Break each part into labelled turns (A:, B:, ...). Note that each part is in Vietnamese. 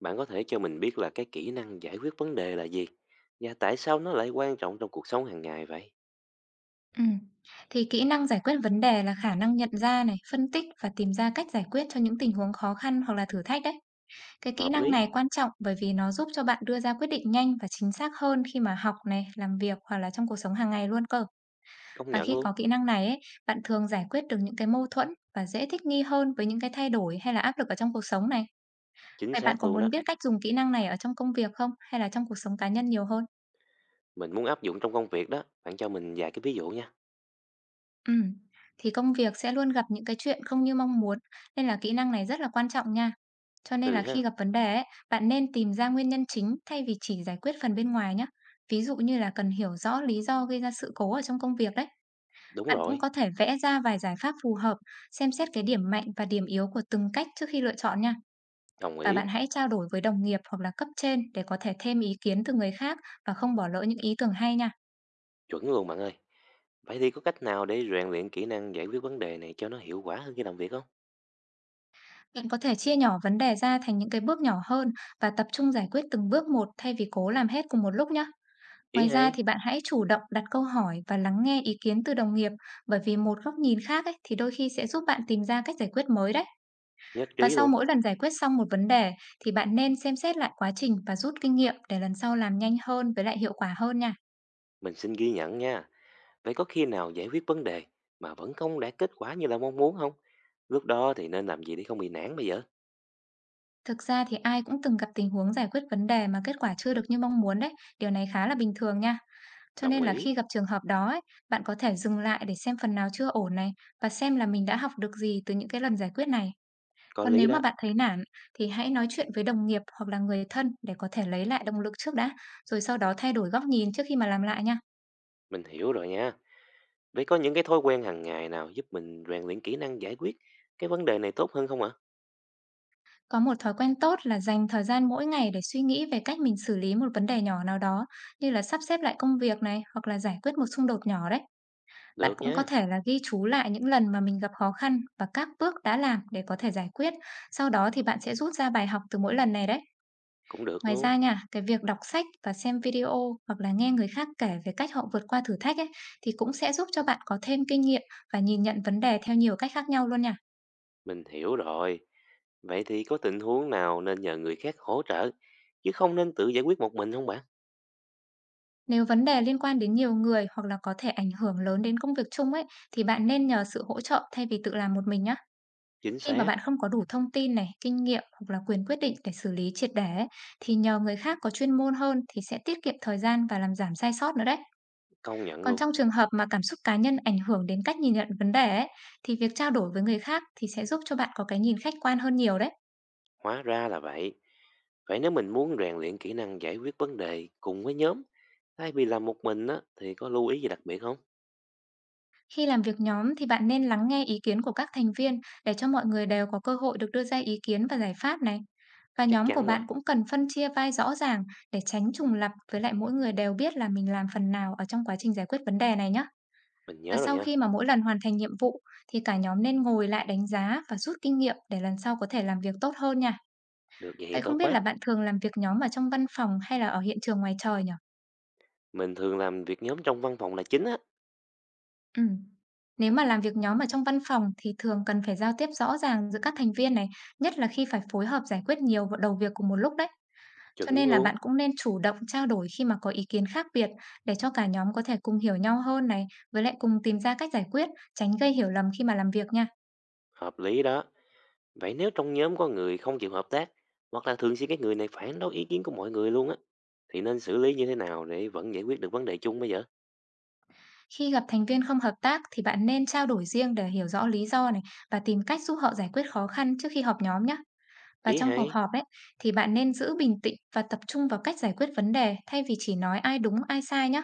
A: Bạn có thể cho mình biết là cái kỹ năng giải quyết vấn đề là gì? Và tại sao nó lại quan trọng trong cuộc sống hàng ngày vậy?
B: Ừ thì kỹ năng giải quyết vấn đề là khả năng nhận ra này, phân tích và tìm ra cách giải quyết cho những tình huống khó khăn hoặc là thử thách đấy. Cái kỹ
A: Hợp
B: năng
A: lý,
B: này quan trọng bởi vì nó giúp cho bạn đưa ra quyết định nhanh và chính xác hơn khi mà học này, làm việc hoặc là trong cuộc sống hàng ngày luôn cơ.
A: công
B: Và
A: nhận
B: khi
A: luôn,
B: có kỹ năng này ấy, bạn thường giải quyết được những cái mâu thuẫn và dễ thích nghi hơn với những cái thay đổi hay là áp lực ở trong cuộc sống này.
A: chính
B: Vậy bạn
A: xác
B: có
A: luôn đó.
B: muốn biết cách dùng kỹ năng này ở trong công việc không hay là trong cuộc sống cá nhân nhiều hơn?
A: Mình muốn áp dụng trong công việc đó, bạn cho mình vài cái ví dụ nha.
B: Ừm, thì công việc sẽ luôn gặp những cái chuyện không như mong muốn, nên là kỹ năng này rất là quan trọng nha. Cho nên
A: Ừ
B: là khi
A: ha,
B: gặp vấn đề ấy, bạn nên tìm ra nguyên nhân chính thay vì chỉ giải quyết phần bên ngoài nhé. Ví dụ như là cần hiểu rõ lý do gây ra sự cố ở trong công việc đấy.
A: đúng
B: Bạn cũng
A: rồi,
B: có thể vẽ ra vài giải pháp phù hợp, xem xét cái điểm mạnh và điểm yếu của từng cách trước khi lựa chọn nha.
A: đồng
B: Và bạn
A: ý,
B: hãy trao đổi với đồng nghiệp hoặc là cấp trên để có thể thêm ý kiến từ người khác và không bỏ lỡ những ý tưởng hay nha.
A: chuẩn luôn bạn ơi. Vậy thì có cách nào để rèn luyện kỹ năng giải quyết vấn đề này cho nó hiệu quả hơn khi làm việc không?
B: Bạn có thể chia nhỏ vấn đề ra thành những cái bước nhỏ hơn và tập trung giải quyết từng bước một thay vì cố làm hết cùng một lúc nhé.
A: Ý
B: Ngoài ra
A: hay,
B: thì bạn hãy chủ động đặt câu hỏi và lắng nghe ý kiến từ đồng nghiệp, bởi vì một góc nhìn khác ấy, thì đôi khi sẽ giúp bạn tìm ra cách giải quyết mới đấy.
A: nhất
B: Và
A: trí
B: sau
A: luôn.
B: mỗi lần giải quyết xong một vấn đề thì bạn nên xem xét lại quá trình và rút kinh nghiệm để lần sau làm nhanh hơn với lại hiệu quả hơn nha.
A: Mình xin ghi nhận nha. Vậy có khi nào giải quyết vấn đề mà vẫn không đạt kết quả như là mong muốn không? Lúc đó thì nên làm gì để không bị nản bây giờ?
B: Thực ra thì ai cũng từng gặp tình huống giải quyết vấn đề mà kết quả chưa được như mong muốn đấy. Điều này khá là bình thường nha. Cho
A: Đồng
B: nên là
A: ý.
B: khi gặp trường hợp đó ấy, bạn có thể dừng lại để xem phần nào chưa ổn này và xem là mình đã học được gì từ những cái lần giải quyết này.
A: Có
B: Còn
A: lý
B: nếu mà
A: đó,
B: bạn thấy nản thì hãy nói chuyện với đồng nghiệp hoặc là người thân để có thể lấy lại động lực trước đã, rồi sau đó thay đổi góc nhìn trước khi mà làm lại nha.
A: mình hiểu rồi nha. Vậy có những cái thói quen hàng ngày nào giúp mình rèn luyện kỹ năng giải quyết cái vấn đề này tốt hơn không ạ?
B: Có một thói quen tốt là dành thời gian mỗi ngày để suy nghĩ về cách mình xử lý một vấn đề nhỏ nào đó, như là sắp xếp lại công việc này hoặc là giải quyết một xung đột nhỏ đấy. Bạn
A: Được
B: cũng có
A: nha,
B: thể là ghi chú lại những lần mà mình gặp khó khăn và các bước đã làm để có thể giải quyết. Sau đó thì bạn sẽ rút ra bài học từ mỗi lần này đấy.
A: cũng được
B: Ngoài
A: luôn.
B: ra nha, cái việc đọc sách và xem video hoặc là nghe người khác kể về cách họ vượt qua thử thách ấy, thì cũng sẽ giúp cho bạn có thêm kinh nghiệm và nhìn nhận vấn đề theo nhiều cách khác nhau luôn nha.
A: Mình hiểu rồi. Vậy thì có tình huống nào nên nhờ người khác hỗ trợ chứ không nên tự giải quyết một mình không bạn?
B: Nếu vấn đề liên quan đến nhiều người hoặc là có thể ảnh hưởng lớn đến công việc chung ấy, thì bạn nên nhờ sự hỗ trợ thay vì tự làm một mình nhé.
A: Chính
B: Khi mà
A: xác,
B: bạn không có đủ thông tin này, kinh nghiệm hoặc là quyền quyết định để xử lý triệt để ấy, thì nhờ người khác có chuyên môn hơn thì sẽ tiết kiệm thời gian và làm giảm sai sót nữa đấy.
A: công nhận
B: Còn
A: luôn.
B: trong trường hợp mà cảm xúc cá nhân ảnh hưởng đến cách nhìn nhận vấn đề ấy, thì việc trao đổi với người khác thì sẽ giúp cho bạn có cái nhìn khách quan hơn nhiều đấy.
A: Hóa ra là vậy. Vậy nếu mình muốn rèn luyện kỹ năng giải quyết vấn đề cùng với nhóm thay vì làm một mình á thì có lưu ý gì đặc biệt không?
B: Khi làm việc nhóm thì bạn nên lắng nghe ý kiến của các thành viên, để cho mọi người đều có cơ hội được đưa ra ý kiến và giải pháp này. Và
A: Chắc
B: nhóm của
A: chắn rồi,
B: bạn cũng cần phân chia vai rõ ràng để tránh trùng lặp, với lại mỗi người đều biết là mình làm phần nào ở trong quá trình giải quyết vấn đề này nhé.
A: mình
B: Và
A: nhớ rồi
B: sau
A: nha.
B: khi mà mỗi lần hoàn thành nhiệm vụ thì cả nhóm nên ngồi lại đánh giá và rút kinh nghiệm để lần sau có thể làm việc tốt hơn nha.
A: Được vậy thì
B: Vậy không
A: tốt
B: biết là
A: quá.
B: bạn thường làm việc nhóm ở trong văn phòng hay là ở hiện trường ngoài trời nhỉ?
A: Mình thường làm việc nhóm trong văn phòng là chính á.
B: Ừ. Nếu mà làm việc nhóm ở trong văn phòng thì thường cần phải giao tiếp rõ ràng giữa các thành viên này, nhất là khi phải phối hợp giải quyết nhiều v đầu việc cùng một lúc đấy. Cho
A: Chuẩn
B: nên là
A: luôn,
B: bạn cũng nên chủ động trao đổi khi mà có ý kiến khác biệt, để cho cả nhóm có thể cùng hiểu nhau hơn này, với lại cùng tìm ra cách giải quyết, tránh gây hiểu lầm khi mà làm việc nha.
A: hợp lý đó. Vậy nếu trong nhóm có người không chịu hợp tác, hoặc là thường xuyên cái người này phản đối ý kiến của mọi người luôn á, thì nên xử lý như thế nào để vẫn giải quyết được vấn đề chung bây giờ?
B: Khi gặp thành viên không hợp tác thì bạn nên trao đổi riêng để hiểu rõ lý do này, và tìm cách giúp họ giải quyết khó khăn trước khi họp nhóm nhé. Và
A: Ý
B: trong
A: hay?
B: cuộc họp ấy thì bạn nên giữ bình tĩnh và tập trung vào cách giải quyết vấn đề, thay vì chỉ nói ai đúng ai sai nhé.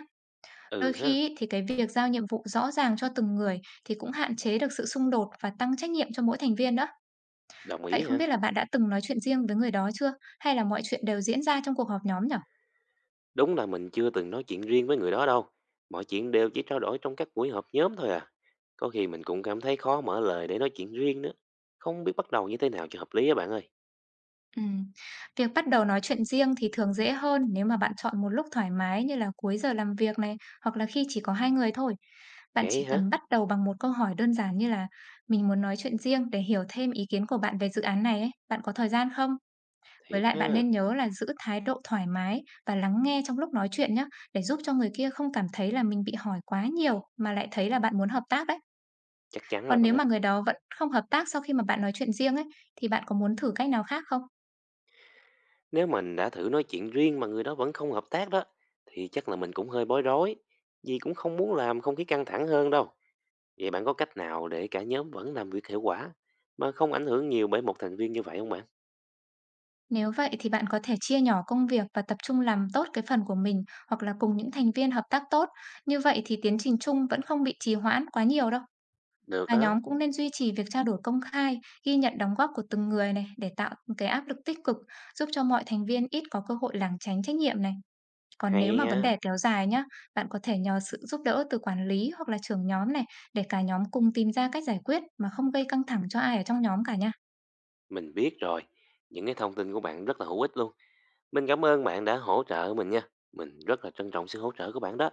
B: Đôi
A: Ừ ha,
B: khi ý, thì cái việc giao nhiệm vụ rõ ràng cho từng người thì cũng hạn chế được sự xung đột và tăng trách nhiệm cho mỗi thành viên đó.
A: đồng
B: Vậy
A: ý
B: không
A: ha.
B: biết là bạn đã từng nói chuyện riêng với người đó chưa? Hay là mọi chuyện đều diễn ra trong cuộc họp nhóm nhỉ?
A: Đúng là mình chưa từng nói chuyện riêng với người đó đâu. Mọi chuyện đều chỉ trao đổi trong các buổi họp nhóm thôi à. Có khi mình cũng cảm thấy khó mở lời để nói chuyện riêng nữa. Không biết bắt đầu như thế nào cho hợp lý á bạn ơi.
B: Ừm, Việc bắt đầu nói chuyện riêng thì thường dễ hơn nếu mà bạn chọn một lúc thoải mái như là cuối giờ làm việc này, hoặc là khi chỉ có hai người thôi. Bạn chỉ
A: Vậy hả?
B: cần bắt đầu bằng một câu hỏi đơn giản như là "Mình muốn nói chuyện riêng để hiểu thêm ý kiến của bạn về dự án này ấy, bạn có thời gian không?". Với
A: Thiệt
B: lại
A: ha.
B: bạn nên nhớ là giữ thái độ thoải mái và lắng nghe trong lúc nói chuyện nhé, để giúp cho người kia không cảm thấy là mình bị hỏi quá nhiều mà lại thấy là bạn muốn hợp tác đấy.
A: Chắc chắn rồi
B: Còn
A: bạn
B: nếu
A: ơi.
B: mà người đó vẫn không hợp tác sau khi mà bạn nói chuyện riêng ấy, thì bạn có muốn thử cách nào khác không?
A: Nếu mình đã thử nói chuyện riêng mà người đó vẫn không hợp tác đó, thì chắc là mình cũng hơi bối rối, vì cũng không muốn làm không khí căng thẳng hơn đâu. Vậy bạn có cách nào để cả nhóm vẫn làm việc hiệu quả mà không ảnh hưởng nhiều bởi một thành viên như vậy không bạn?
B: Nếu vậy thì bạn có thể chia nhỏ công việc và tập trung làm tốt cái phần của mình, hoặc là cùng những thành viên hợp tác tốt. Như vậy thì tiến trình chung vẫn không bị trì hoãn quá nhiều đâu.
A: Được
B: Và
A: đó,
B: nhóm cũng nên duy trì việc trao đổi công khai, ghi nhận đóng góp của từng người này để tạo một cái áp lực tích cực, giúp cho mọi thành viên ít có cơ hội lảng tránh trách nhiệm này. Còn
A: hay
B: nếu mà vấn
A: nha.
B: đề kéo dài nhá, bạn có thể nhờ sự giúp đỡ từ quản lý hoặc là trưởng nhóm này, để cả nhóm cùng tìm ra cách giải quyết mà không gây căng thẳng cho ai ở trong nhóm cả nha.
A: Mình biết rồi. Những cái thông tin của bạn rất là hữu ích luôn. Mình cảm ơn bạn đã hỗ trợ mình nha. Mình rất là trân trọng sự hỗ trợ của bạn đó.